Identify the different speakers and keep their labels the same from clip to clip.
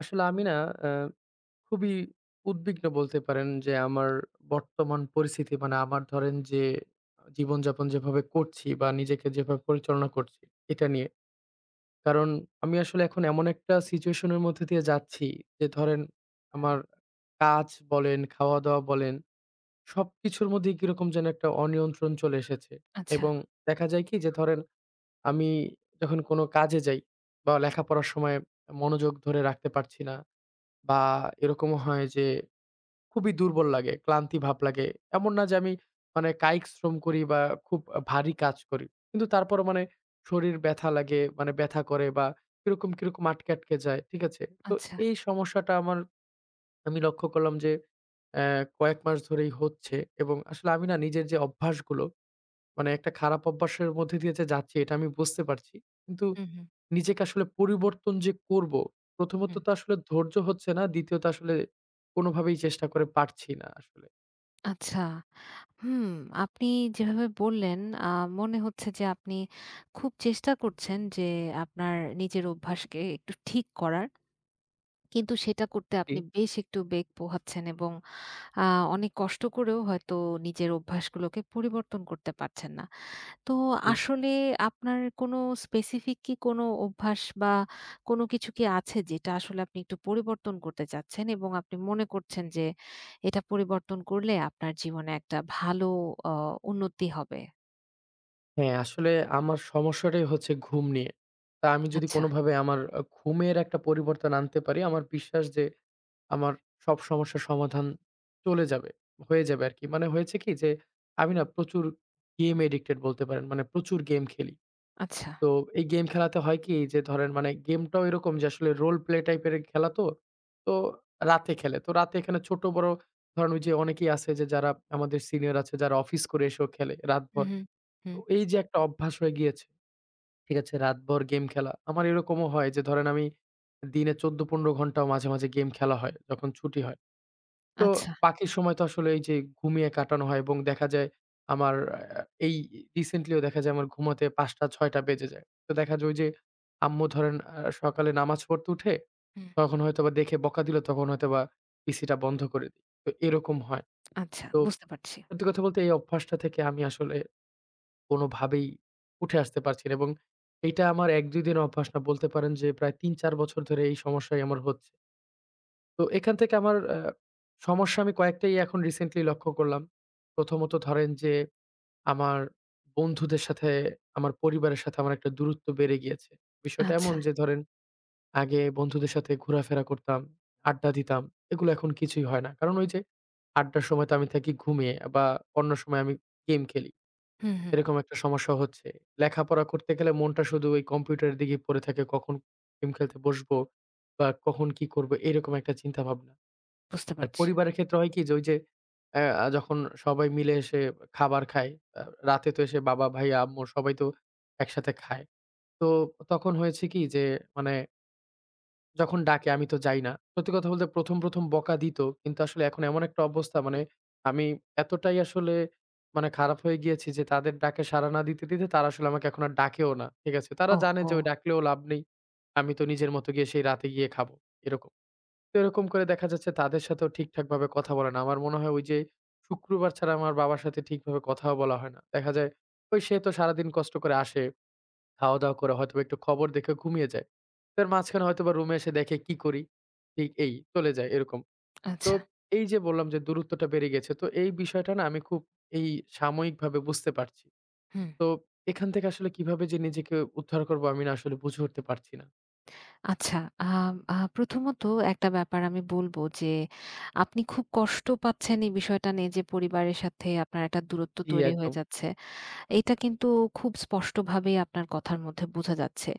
Speaker 1: আসলে আমি না আ খুবই উদ্বিগ্ন বলতে পারেন যে আমার বর্তমান পরিস্থিতি মানে আমার ধরেন যে জীবনযাপন যেভাবে করছি বা নিজেকে যেভাবে পরিচালনা করছি এটা নিয়ে। কারণ আমি আসলে এখন এমন একটা সিচুয়েশন এর মধ্যে দিয়ে যাচ্ছি যে ধরেন আমার কাজ বলেন, খাওয়া-দাওয়া বলেন সবকিছুর মধ্যেই কিরকম যেন একটা অনিয়ন্ত্রণ চলে এসেছে।
Speaker 2: আচ্ছা,
Speaker 1: এবং দেখা যায় কি যে ধরেন আমি যখন কোনো কাজে যাই বা লেখাপড়ার সময় মনোযোগ ধরে রাখতে পারছি না। বা এরকমও হয় যে খুবই দুর্বল লাগে, ক্লান্তি ভাব লাগে। এমন না যে আমি মানে কায়িক শ্রম করি বা খুব ভারী কাজ করি। কিন্তু তারপরও মানে শরীর ব্যথা লাগে, মানে ব্যথা করে বা কিরকম, কিরকম আটকে, আটকে যায়। ঠিক আছে? তো
Speaker 2: আচ্ছা।
Speaker 1: এই সমস্যাটা আমার আমি লক্ষ্য করলাম যে অ্যা কয়েক মাস ধরেই হচ্ছে এবং আসলে আমি না নিজের যে অভ্যাসগুলো মানে একটা খারাপ অভ্যাসের মধ্যে দিয়ে যে যাচ্ছি এটা আমি বুঝতে পারছি। কিন্তু
Speaker 2: হুম, হুম,
Speaker 1: নিজেকে আসলে পরিবর্তন যে করব, প্রথমত
Speaker 2: হুম।
Speaker 1: তো আসলে ধৈর্য হচ্ছে না, দ্বিতীয়ত আসলে কোনোভাবেই চেষ্টা করে পারছি না আসলে।
Speaker 2: আচ্ছা। হুম, আপনি যেভাবে বললেন আ মনে হচ্ছে যে আপনি খুব চেষ্টা করছেন যে আপনার নিজের অভ্যাসকে একটু ঠিক করার। কিন্তু সেটা করতে
Speaker 1: জি,
Speaker 2: আপনি বেশ একটু বেগ পোহাচ্ছেন এবং আ অনেক কষ্ট করেও হয়তো নিজের অভ্যাসগুলোকে পরিবর্তন করতে পারছেন না। তো
Speaker 1: জি।
Speaker 2: আসলে আপনার কোনো স্পেসিফিক কি কোনো অভ্যাস বা কোনো কিছু কি আছে যেটা আসলে আপনি একটু পরিবর্তন করতে চাচ্ছেন এবং আপনি মনে করছেন যে এটা পরিবর্তন করলে আপনার জীবনে একটা ভালো আ উন্নতি হবে?
Speaker 1: হ্যাঁ, আসলে আমার সমস্যাটাই হচ্ছে ঘুম নিয়ে। তা আমি যদি
Speaker 2: আচ্ছা,
Speaker 1: কোনোভাবে আমার ঘুমের একটা পরিবর্তন আনতে পারি, আমার বিশ্বাস যে আমার সব সমস্যার সমাধান চলে যাবে, হয়ে যাবে আরকি। মানে হয়েছে কি যে, আমি না প্রচুর গেম এডিক্টেড বলতে পারেন। মানে প্রচুর গেম খেলি।
Speaker 2: আচ্ছা।
Speaker 1: তো এই গেম খেলাতে হয় কি যে ধরেন মানে গেমটাও এরকম যে আসলে রোল প্লে টাইপের খেলা তো। তো রাতে খেলে। তো রাতে এখানে ছোট বড় ধরেন ওই যে অনেকেই আছে যে যারা আমাদের সিনিয়র আছে যারা অফিস করে এসেও খেলে
Speaker 2: হুম,
Speaker 1: রাতভর।
Speaker 2: হুম,
Speaker 1: তো
Speaker 2: হুম।
Speaker 1: এই যে একটা অভ্যাস হয়ে গিয়েছে, ঠিক আছে? রাতভর গেম খেলা। আমার এরকমও হয় যে ধরেন আমি দিনে ১৪-১৫ ঘন্টাও মাঝে, মাঝে গেম খেলা হয় যখন ছুটি হয়। তো
Speaker 2: আচ্ছা,
Speaker 1: বাকি সময় তো আসলে এই যে ঘুমিয়ে কাটানো হয় এবং দেখা যায় আমার এই রিসেন্টলিও দেখা যায় আমার ঘুমাতে ৫ঃ০০-৬ঃ০০ বেজে যায়। তো দেখা যায় ওই যে আম্মু ধরেন সকালে নামাজ পড়তে উঠে
Speaker 2: হুম,
Speaker 1: তখন হয়তোবা দেখে বকা দিল তখন হয়তোবা পিসিটা বন্ধ করে দিই। তো এরকম হয়।
Speaker 2: আচ্ছা
Speaker 1: তো
Speaker 2: বুঝতে পারছি।
Speaker 1: সত্যি কথা বলতে এই অভ্যাসটা থেকে আমি আসলে কোনোভাবেই উঠে আসতে পারছি না এবং এইটা আমার ১-২ দিনের অভ্যাস না বলতে পারেন যে প্রায় ৩-৪ বছর ধরে এই সমস্যাই আমার হচ্ছে। তো এখান থেকে আমার সমস্যা আমি কয়েকটাই এখন রিসেন্টলি লক্ষ্য করলাম। প্রথমত ধরেন যে আমার বন্ধুদের সাথে, আমার পরিবারের সাথে আমার একটা দূরত্ব বেড়ে গিয়েছে। বিষয়টা
Speaker 2: আচ্ছা।
Speaker 1: এমন যে ধরেন আগে বন্ধুদের সাথে ঘোরাফেরা করতাম, আড্ডা দিতাম। এগুলো এখন কিছুই হয় না। কারণ ওই যে আড্ডার সময় তো আমি থাকি ঘুমিয়ে বা অন্য সময় আমি গেম খেলি।
Speaker 2: হুম, হুম
Speaker 1: এরকম একটা সমস্যা হচ্ছে। লেখাপড়া করতে গেলে মনটা শুধু ওই কম্পিউটারের দিকেই পড়ে থাকে। কখন গেম খেলতে বসবো বা কখন কি করব এরকম একটা চিন্তাভাবনা।
Speaker 2: বুঝতে
Speaker 1: আর
Speaker 2: পারছি।
Speaker 1: পরিবারের ক্ষেত্রে হয় কি যে ওই যে অ্যা আ যখন সবাই মিলে এসে খাবার খায়, আ রাতে তো এসে বাবা, ভাই, আম্মু সবাই তো একসাথে খায়। তো তখন হয়েছে কি যে মানে যখন ডাকে আমি তো যাই না। সত্যি কথা বলতে ১ম, ১ম বকা দিত। কিন্তু আসলে এখন এমন একটা অবস্থা মানে আমি এতটাই আসলে মানে খারাপ হয়ে গিয়েছি যে তাদের ডাকে সাড়া না দিতে, দিতে তারা আসলে আমাকে এখন আর ডাকেও না। ঠিক আছে? তারা জানে
Speaker 2: ওহহো!
Speaker 1: যে ওই ডাকলেও লাভ নেই। আমি তো নিজের মতো গিয়ে সেই রাতে গিয়ে খাবো। এরকম তো এরকম করে দেখা যাচ্ছে তাদের সাথেও ঠিকঠাকভাবে কথা বলে না। আমার মনে হয় ওই যে শুক্রবার ছাড়া আমার বাবার সাথে ঠিকভাবে কথাও বলা হয় না। দেখা যায় ওই সে তো সারাদিন কষ্ট করে আসে, খাওয়া-দাওয়া করে হয়তোবা একটু খবর দেখে ঘুমিয়ে যায়। তার মাঝখানে হয়তোবা রুমে এসে দেখে কি করি? ঠিক এই চলে যায় এরকম। তো
Speaker 2: আচ্ছা,
Speaker 1: এই যে বললাম যে দূরত্বটা বেড়ে গেছে। তো এই বিষয়টা না আমি খুব এই সাময়িকভাবে বুঝতে পারছি।
Speaker 2: হুম।
Speaker 1: তো এখান থেকে আসলে কিভাবে যে নিজেকে উদ্ধার করবো আমি না আসলে বুঝে উঠতে পারছি না।
Speaker 2: আচ্ছা, আম আ প্রথমত একটা ব্যাপার আমি বলব যে, আপনি খুব কষ্ট পাচ্ছেন এই বিষয়টা নিয়ে যে, পরিবারের সাথে আপনার একটা দূরত্ব
Speaker 1: জি,
Speaker 2: তৈরি হয়ে
Speaker 1: একদম।
Speaker 2: যাচ্ছে। এটা কিন্তু খুব স্পষ্টভাবেই আপনার কথার মধ্যে বোঝা যাচ্ছে।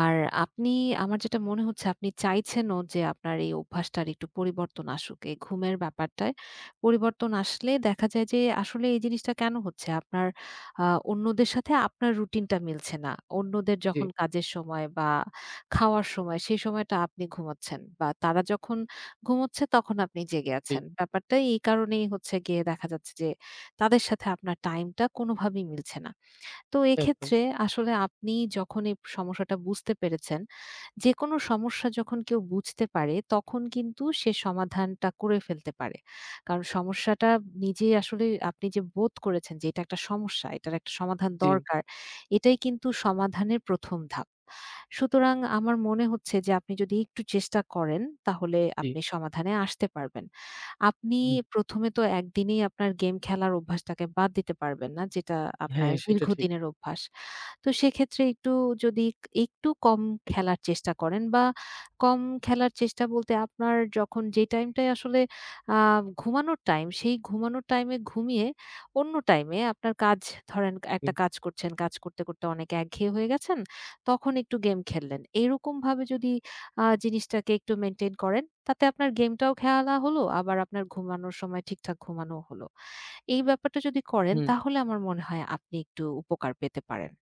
Speaker 2: আর আপনি আমার যেটা মনে হচ্ছে আপনি চাইছেনও যে আপনার এই অভ্যাসটার একটু পরিবর্তন আসুক। এই ঘুমের ব্যাপারটায় পরিবর্তন আসলে দেখা যায় যে আসলে এই জিনিসটা কেন হচ্ছে? আপনার আ অন্যদের সাথে আপনার রুটিনটা মিলছে না। অন্যদের
Speaker 1: জি,
Speaker 2: যখন কাজের সময় বা খাওয়ার সময় সেই সময়টা আপনি ঘুমাচ্ছেন বা তারা যখন ঘুমোচ্ছে তখন আপনি জেগে
Speaker 1: জি,
Speaker 2: আছেন। ব্যাপারটা এই কারণেই হচ্ছে গিয়ে দেখা যাচ্ছে যে তাদের সাথে আপনার টাইমটা কোনোভাবেই মিলছে না। তো
Speaker 1: একদম।
Speaker 2: এক্ষেত্রে আসলে আপনি যখন এই সমস্যাটা বুঝতে পেরেছেন, যেকোনো সমস্যা যখন কেউ বুঝতে পারে, তখন কিন্তু সে সমাধানটা করে ফেলতে পারে। কারণ সমস্যাটা নিজেই আসলে আপনি যে বোধ করেছেন যে এটা একটা সমস্যা, এটার একটা সমাধান
Speaker 1: জি,
Speaker 2: দরকার, এটাই কিন্তু সমাধানের ১ম ধাপ। সুতরাং আমার মনে হচ্ছে যে আপনি যদি একটু চেষ্টা করেন, তাহলে
Speaker 1: জি।
Speaker 2: আপনি সমাধানে আসতে পারবেন। আপনি
Speaker 1: হুম।
Speaker 2: ১মে এ তো একদিনেই আপনার গেম খেলার অভ্যাসটাকে বাদ দিতে পারবেন না, যেটা আপনার
Speaker 1: হ্যাঁ, সেটা ঠিক।
Speaker 2: দীর্ঘদিনের অভ্যাস। তো সেক্ষেত্রে একটু যদি একটু কম খেলার চেষ্টা করেন বা কম খেলার চেষ্টা বলতে আপনার যখন যে টাইমটায় আসলে আ ঘুমানোর টাইম, সেই ঘুমানোর টাইমে ঘুমিয়ে অন্য টাইমে আপনার কাজ ধরেন একটা
Speaker 1: হুম,
Speaker 2: কাজ করছেন, কাজ করতে, করতে অনেক একঘেয়ে হয়ে গেছেন, তখন একটু গেম খেললেন। এরকমভাবে যদি জিনিসটাকে একটু মেইনটেইন করেন, তাতে আপনার গেমটাও খেলা হলো, আবার আপনার ঘুমানোর সময় ঠিকঠাক ঘুমানোও হলো। এই ব্যাপারটা যদি করেন
Speaker 1: হুম।
Speaker 2: তাহলে আমার মনে হয় আপনি একটু উপকার পেতে পারেন।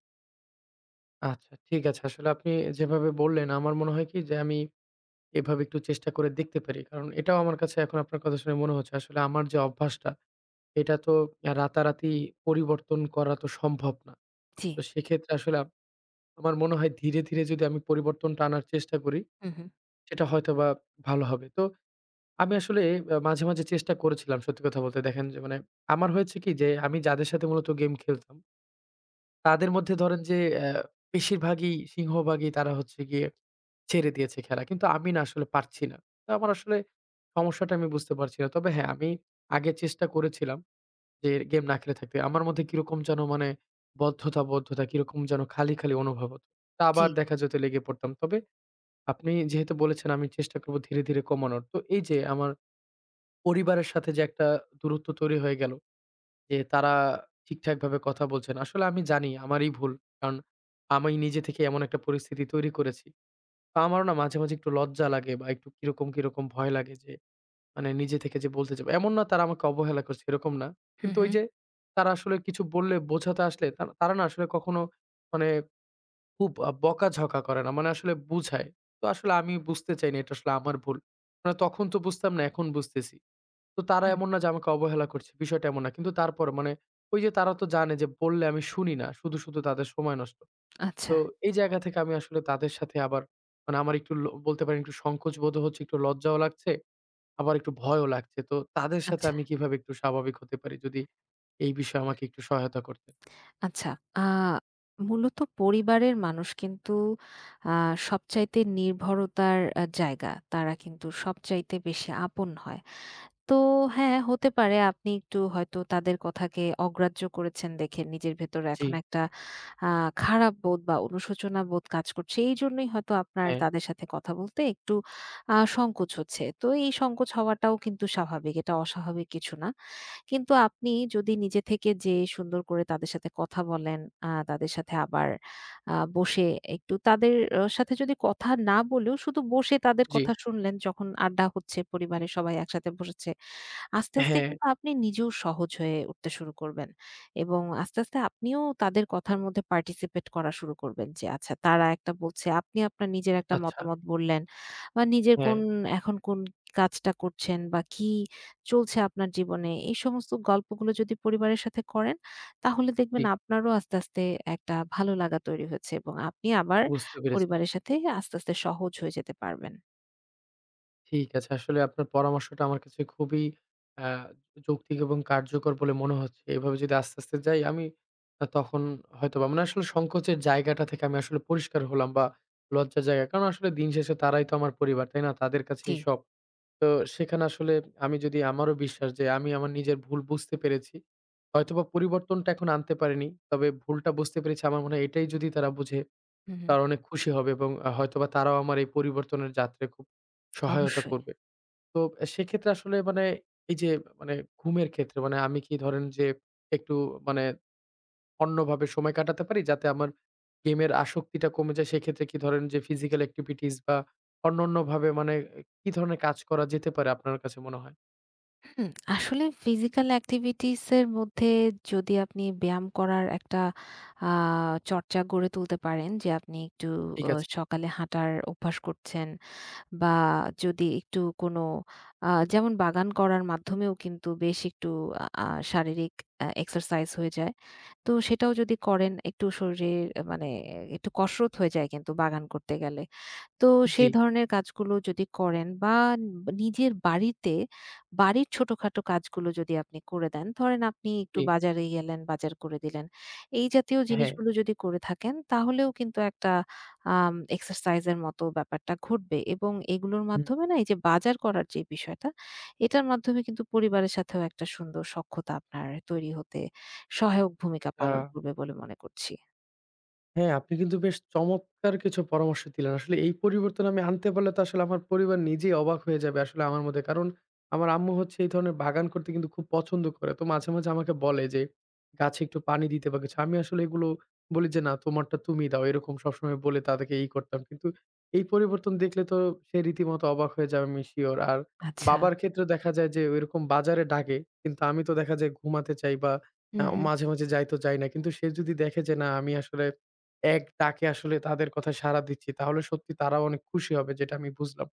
Speaker 1: আচ্ছা ঠিক আছে। আসলে আপনি যেভাবে বললেন আমার মনে হয় কি যে আমি এভাবে একটু চেষ্টা করে দেখতে পারি। কারণ এটাও আমার কাছে এখন আপনার কথা শুনে মনে হচ্ছে আসলে আমার যে অভ্যাসটা এটা তো রাতারাতি পরিবর্তন করা তো সম্ভব না।
Speaker 2: জি।
Speaker 1: তো সেক্ষেত্রে আসলে আমার মনে হয় ধীরে, ধীরে যদি আমি পরিবর্তনটা আনার চেষ্টা করি
Speaker 2: হুম, হুম।
Speaker 1: সেটা হয়তোবা ভালো হবে। তো আমি আসলে মাঝে, মাঝে চেষ্টা করেছিলাম সত্যি কথা বলতে। দেখেন যে মানে আমার হয়েছে কি যে আমি যাদের সাথে মূলত গেম খেলতাম তাদের মধ্যে ধরেন যে বেশিরভাগই সিংহভাগই তারা হচ্ছে গিয়ে ছেড়ে দিয়েছে খেলা। কিন্তু আমি না আসলে পারছি না। তো আমার আসলে সমস্যাটা আমি বুঝতে পারছি না। তবে হ্যাঁ, আমি আগে চেষ্টা করেছিলাম যে গেম না খেলে থাকতে। আমার মধ্যে কিরকম যেন মানে বদ্ধতা, বদ্ধতা কিরকম যেন খালি, খালি অনুভব হতো। তা
Speaker 2: জি।
Speaker 1: আবার দেখা যেত লেগে পড়তাম। তবে আপনি যেহেতু বলেছেন আমি চেষ্টা করব ধীরে, ধীরে কমানোর। তো এই যে আমার পরিবারের সাথে যে একটা দূরত্ব তৈরি হয়ে গেল যে তারা ঠিকঠাকভাবে কথা বলছে না। আসলে আমি জানি আমারই ভুল। কারণ আমি নিজে থেকে এমন একটা পরিস্থিতি তৈরি করেছি। তো আমারও না মাঝে, মাঝে একটু লজ্জা লাগে বা একটু কিরকম, কিরকম ভয় লাগে যে মানে নিজে থেকে যে বলতে যাব। এমন না তারা আমাকে অবহেলা করছে এরকম না।
Speaker 2: হুম,
Speaker 1: কিন্তু ওই
Speaker 2: হুম,
Speaker 1: যে তারা আসলে কিছু বললে বোঝাতে আসলে তারা তারা না আসলে কখনো মানে খুব বকাঝকা করে না। মানে আসলে বুঝায়। তো আসলে আমি বুঝতে চাইনি এটা আসলে আমার ভুল। মানে তখন তো বুঝতাম না, এখন বুঝতেছি। তো তারা
Speaker 2: হুম।
Speaker 1: এমন না যে আমাকে অবহেলা করছে। বিষয়টা এমন না। কিন্তু তারপর মানে ওই যে তারা তো জানে যে বললে আমি শুনি না। শুধু, শুধু তাদের সময় নষ্ট।
Speaker 2: আচ্ছা,
Speaker 1: তো এই জায়গা থেকে আমি আসলে তাদের সাথে আবার মানে আমার একটু বলতে পারেন একটু সংকোচ বোধও হচ্ছে, একটু লজ্জাও লাগছে, আবার একটু ভয়ও লাগছে। তো তাদের সাথে
Speaker 2: আচ্ছা,
Speaker 1: আমি কিভাবে একটু স্বাভাবিক হতে পারি? যদি এই বিষয়ে আমাকে একটু সহায়তা করতেন।
Speaker 2: আচ্ছা। আ মূলত পরিবারের মানুষ কিন্তু আ সবচাইতে নির্ভরতার জায়গা। তারা কিন্তু সবচাইতে বেশি আপন হয়। তো হ্যাঁ, হতে পারে আপনি একটু হয়তো তাদের কথাকে অগ্রাহ্য করেছেন দেখে নিজের ভেতরে
Speaker 1: জি,
Speaker 2: এখন একটা আ খারাপ বোধ বা অনুশোচনা বোধ কাজ করছে। এইজন্যই হয়তো আপনার
Speaker 1: হ্যাঁ,
Speaker 2: তাদের সাথে কথা বলতে একটু সংকোচ হচ্ছে। তো এই সংকোচ হওয়াটাও কিন্তু স্বাভাবিক। এটা অস্বাভাবিক কিছু না। কিন্তু আপনি যদি নিজে থেকে যেয়ে সুন্দর করে তাদের সাথে কথা বলেন, তাদের সাথে আবার বসে একটু তাদের সাথে যদি কথা না বলেও শুধু বসে তাদের
Speaker 1: জি,
Speaker 2: কথা শুনলেন যখন আড্ডা হচ্ছে, পরিবারের সবাই একসাথে বসেছে। আস্তে, আস্তে
Speaker 1: হ্যাঁ,
Speaker 2: কিন্তু আপনি নিজেও সহজ হয়ে উঠতে শুরু করবেন এবং আস্তে, আস্তে আপনিও তাদের কথার মধ্যে পার্টিসিপেট করা শুরু করবেন যে আচ্ছা তারা একটা বলছে, আপনি আপনার নিজের একটা
Speaker 1: আচ্ছা,
Speaker 2: মতামত বললেন বা নিজের
Speaker 1: হ্যাঁ,
Speaker 2: কোন এখন কোন কাজটা করছেন বা কি চলছে আপনার জীবনে, এই সমস্ত গল্পগুলো যদি পরিবারের সাথে করেন, তাহলে
Speaker 1: জি,
Speaker 2: দেখবেন আপনারও আস্তে, আস্তে একটা ভালো লাগা তৈরি হয়েছে এবং আপনি আবার
Speaker 1: বুঝতে পেরেছি।
Speaker 2: পরিবারের সাথে আস্তে, আস্তে সহজ হয়ে যেতে পারবেন।
Speaker 1: ঠিক আছে। আসলে আপনার পরামর্শটা আমার কাছে খুবই আ যৌক্তিক এবং কার্যকর বলে মনে হচ্ছে। এভাবে যদি আস্তে, আস্তে যাই আমি তখন হয়তোবা মানে আসলে সংকোচের জায়গাটা থেকে আমি আসলে পরিষ্কার হলাম বা লজ্জার জায়গা। কারণ আসলে দিন শেষে তারাই তো আমার পরিবার, তাই না? তাদের
Speaker 2: জি,
Speaker 1: কাছেই সব। তো সেখানে আসলে আমি যদি আমারও বিশ্বাস যে আমি আমার নিজের ভুল বুঝতে পেরেছি। হয়তোবা পরিবর্তনটা এখন আনতে পারিনি। তবে ভুলটা বুঝতে পেরেছি। আমার মনে হয় এটাই যদি তারা বুঝে,
Speaker 2: হুম, হুম,
Speaker 1: তারা অনেক খুশি হবে এবং হয়তোবা তারাও আমার এই পরিবর্তনের যাত্রায় খুব সহায়তা
Speaker 2: অবশ্যই।
Speaker 1: করবে। তো সেক্ষেত্রে আসলে মানে এই যে মানে ঘুমের ক্ষেত্রে মানে আমি কি ধরেন যে একটু মানে অন্যভাবে সময় কাটাতে পারি যাতে আমার গেমের আসক্তিটা কমে যায় সেক্ষেত্রে কি ধরেন যে ফিজিক্যাল অ্যাক্টিভিটিস বা অন্যান্য ভাবে মানে কি ধরনের কাজ করা যেতে পারে আপনার কাছে মনে হয়?
Speaker 2: হুম, আসলে ফিজিক্যাল অ্যাক্টিভিটিস এর মধ্যে যদি আপনি ব্যায়াম করার একটা আ চর্চা গড়ে তুলতে পারেন যে আপনি একটু
Speaker 1: ঠিক
Speaker 2: অ
Speaker 1: আছে।
Speaker 2: সকালে হাঁটার অভ্যাস করছেন বা যদি একটু কোনো যেমন বাগান করার মাধ্যমেও কিন্তু বেশ একটু আ আ শারীরিক এক্সারসাইজ হয়ে যায়। তো সেটাও যদি করেন একটু শরীরের মানে একটু কসরত হয়ে যায় কিন্তু বাগান করতে গেলে। তো
Speaker 1: জি,
Speaker 2: সেই ধরনের কাজগুলো যদি করেন বা নিজের বাড়িতে, বাড়ির ছোটখাটো কাজগুলো যদি আপনি করে দেন, ধরেন আপনি একটু
Speaker 1: জি।
Speaker 2: বাজারে গেলেন, বাজার করে দিলেন। এই জাতীয়
Speaker 1: হ্যাঁ।
Speaker 2: জিনিসগুলো যদি করে থাকেন তাহলেও কিন্তু একটা এক্সারসাইজ এর মতো ব্যাপারটা ঘটবে এবং এগুলোর
Speaker 1: হুম।
Speaker 2: মাধ্যমে না এই যে বাজার করার যে বিষয়টা, এটার মাধ্যমে কিন্তু পরিবারের সাথেও একটা সুন্দর সখ্যতা আপনার তৈরি হতে সহায়ক ভূমিকা
Speaker 1: আ
Speaker 2: পালন করবে বলে মনে করছি।
Speaker 1: হ্যাঁ, আপনি কিন্তু বেশ চমৎকার কিছু পরামর্শ দিলেন। আসলে এই পরিবর্তন আমি আনতে পারলে তো আসলে আমার পরিবার নিজেই অবাক হয়ে যাবে আসলে আমার মধ্যে। কারণ আমার আম্মু হচ্ছে এই ধরনের বাগান করতে কিন্তু খুব পছন্দ করে। তো মাঝে, মাঝে আমাকে বলে যে, "গাছে একটু পানি দিতে বা কিছু।" আমি আসলে এগুলো বলি যে, "না, তোমারটা তুমি দাও।" এরকম সবসময় বলে তাদেরকে ই করতাম। কিন্তু এই পরিবর্তন দেখলে তো সে রীতিমতো অবাক হয়ে যাবে আমি সিউর। আর
Speaker 2: আচ্ছা।
Speaker 1: বাবার ক্ষেত্রে দেখা যায় যে ওইরকম বাজারে ডাকে। কিন্তু আমি তো দেখা যায় ঘুমাতে চাই বা
Speaker 2: হু, হু।
Speaker 1: মাঝে, মাঝে যাই তো যাই না। কিন্তু সে যদি দেখে যে না আমি আসলে এক ডাকে আসলে তাদের কথায় সাড়া দিচ্ছি, তাহলে সত্যি তারাও অনেক খুশি হবে যেটা আমি বুঝলাম।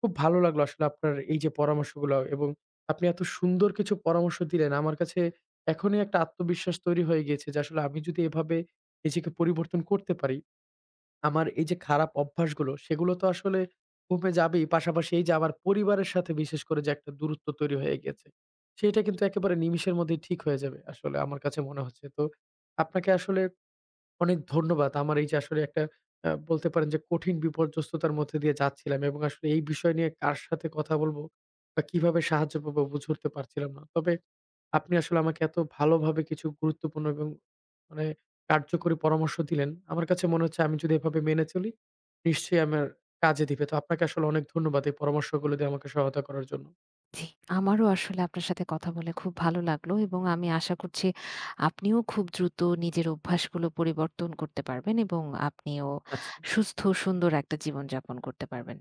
Speaker 1: খুব ভালো লাগলো আসলে আপনার এই যে পরামর্শগুলো এবং আপনি এত সুন্দর কিছু পরামর্শ দিলেন। আমার কাছে এখনই একটা আত্মবিশ্বাস তৈরি হয়ে গিয়েছে যে আসলে আমি যদি এভাবে নিজেকে পরিবর্তন করতে পারি, আমার এই যে খারাপ অভ্যাসগুলো সেগুলো তো আসলে কমে যাবেই। পাশাপাশি এই যে আমার পরিবারের সাথে বিশেষ করে যে একটা দূরত্ব তৈরি হয়ে গেছে, সেটা কিন্তু একেবারে নিমিষের মধ্যেই ঠিক হয়ে যাবে। আসলে আমার কাছে মনে হচ্ছে। তো আপনাকে আসলে অনেক ধন্যবাদ। আমার এই যে আসলে একটা বলতে পারেন যে কঠিন বিপর্যস্ততার মধ্যে দিয়ে যাচ্ছিলাম এবং আসলে এই বিষয় নিয়ে কার সাথে কথা বলব বা কিভাবে সাহায্য পাবো বুঝে উঠতে পারছিলাম না। তবে আপনি আসলে আমাকে এত ভালোভাবে কিছু গুরুত্বপূর্ণ এবং মানে কার্যকরী পরামর্শ দিলেন। আমার কাছে মনে হচ্ছে আমি যদি এভাবে মেনে চলি, নিশ্চয়ই আমার কাজে দিবে। তো আপনাকে আসলে অনেক ধন্যবাদ এই পরামর্শগুলো দিয়ে আমাকে সহায়তা করার জন্য।
Speaker 2: জি, আমারও আসলে আপনার সাথে কথা বলে খুব ভালো লাগলো এবং আমি আশা করছি আপনিও খুব দ্রুত নিজের অভ্যাসগুলো পরিবর্তন করতে পারবেন এবং আপনিও
Speaker 1: আচ্ছা।
Speaker 2: সুস্থ সুন্দর একটা জীবনযাপন করতে পারবেন।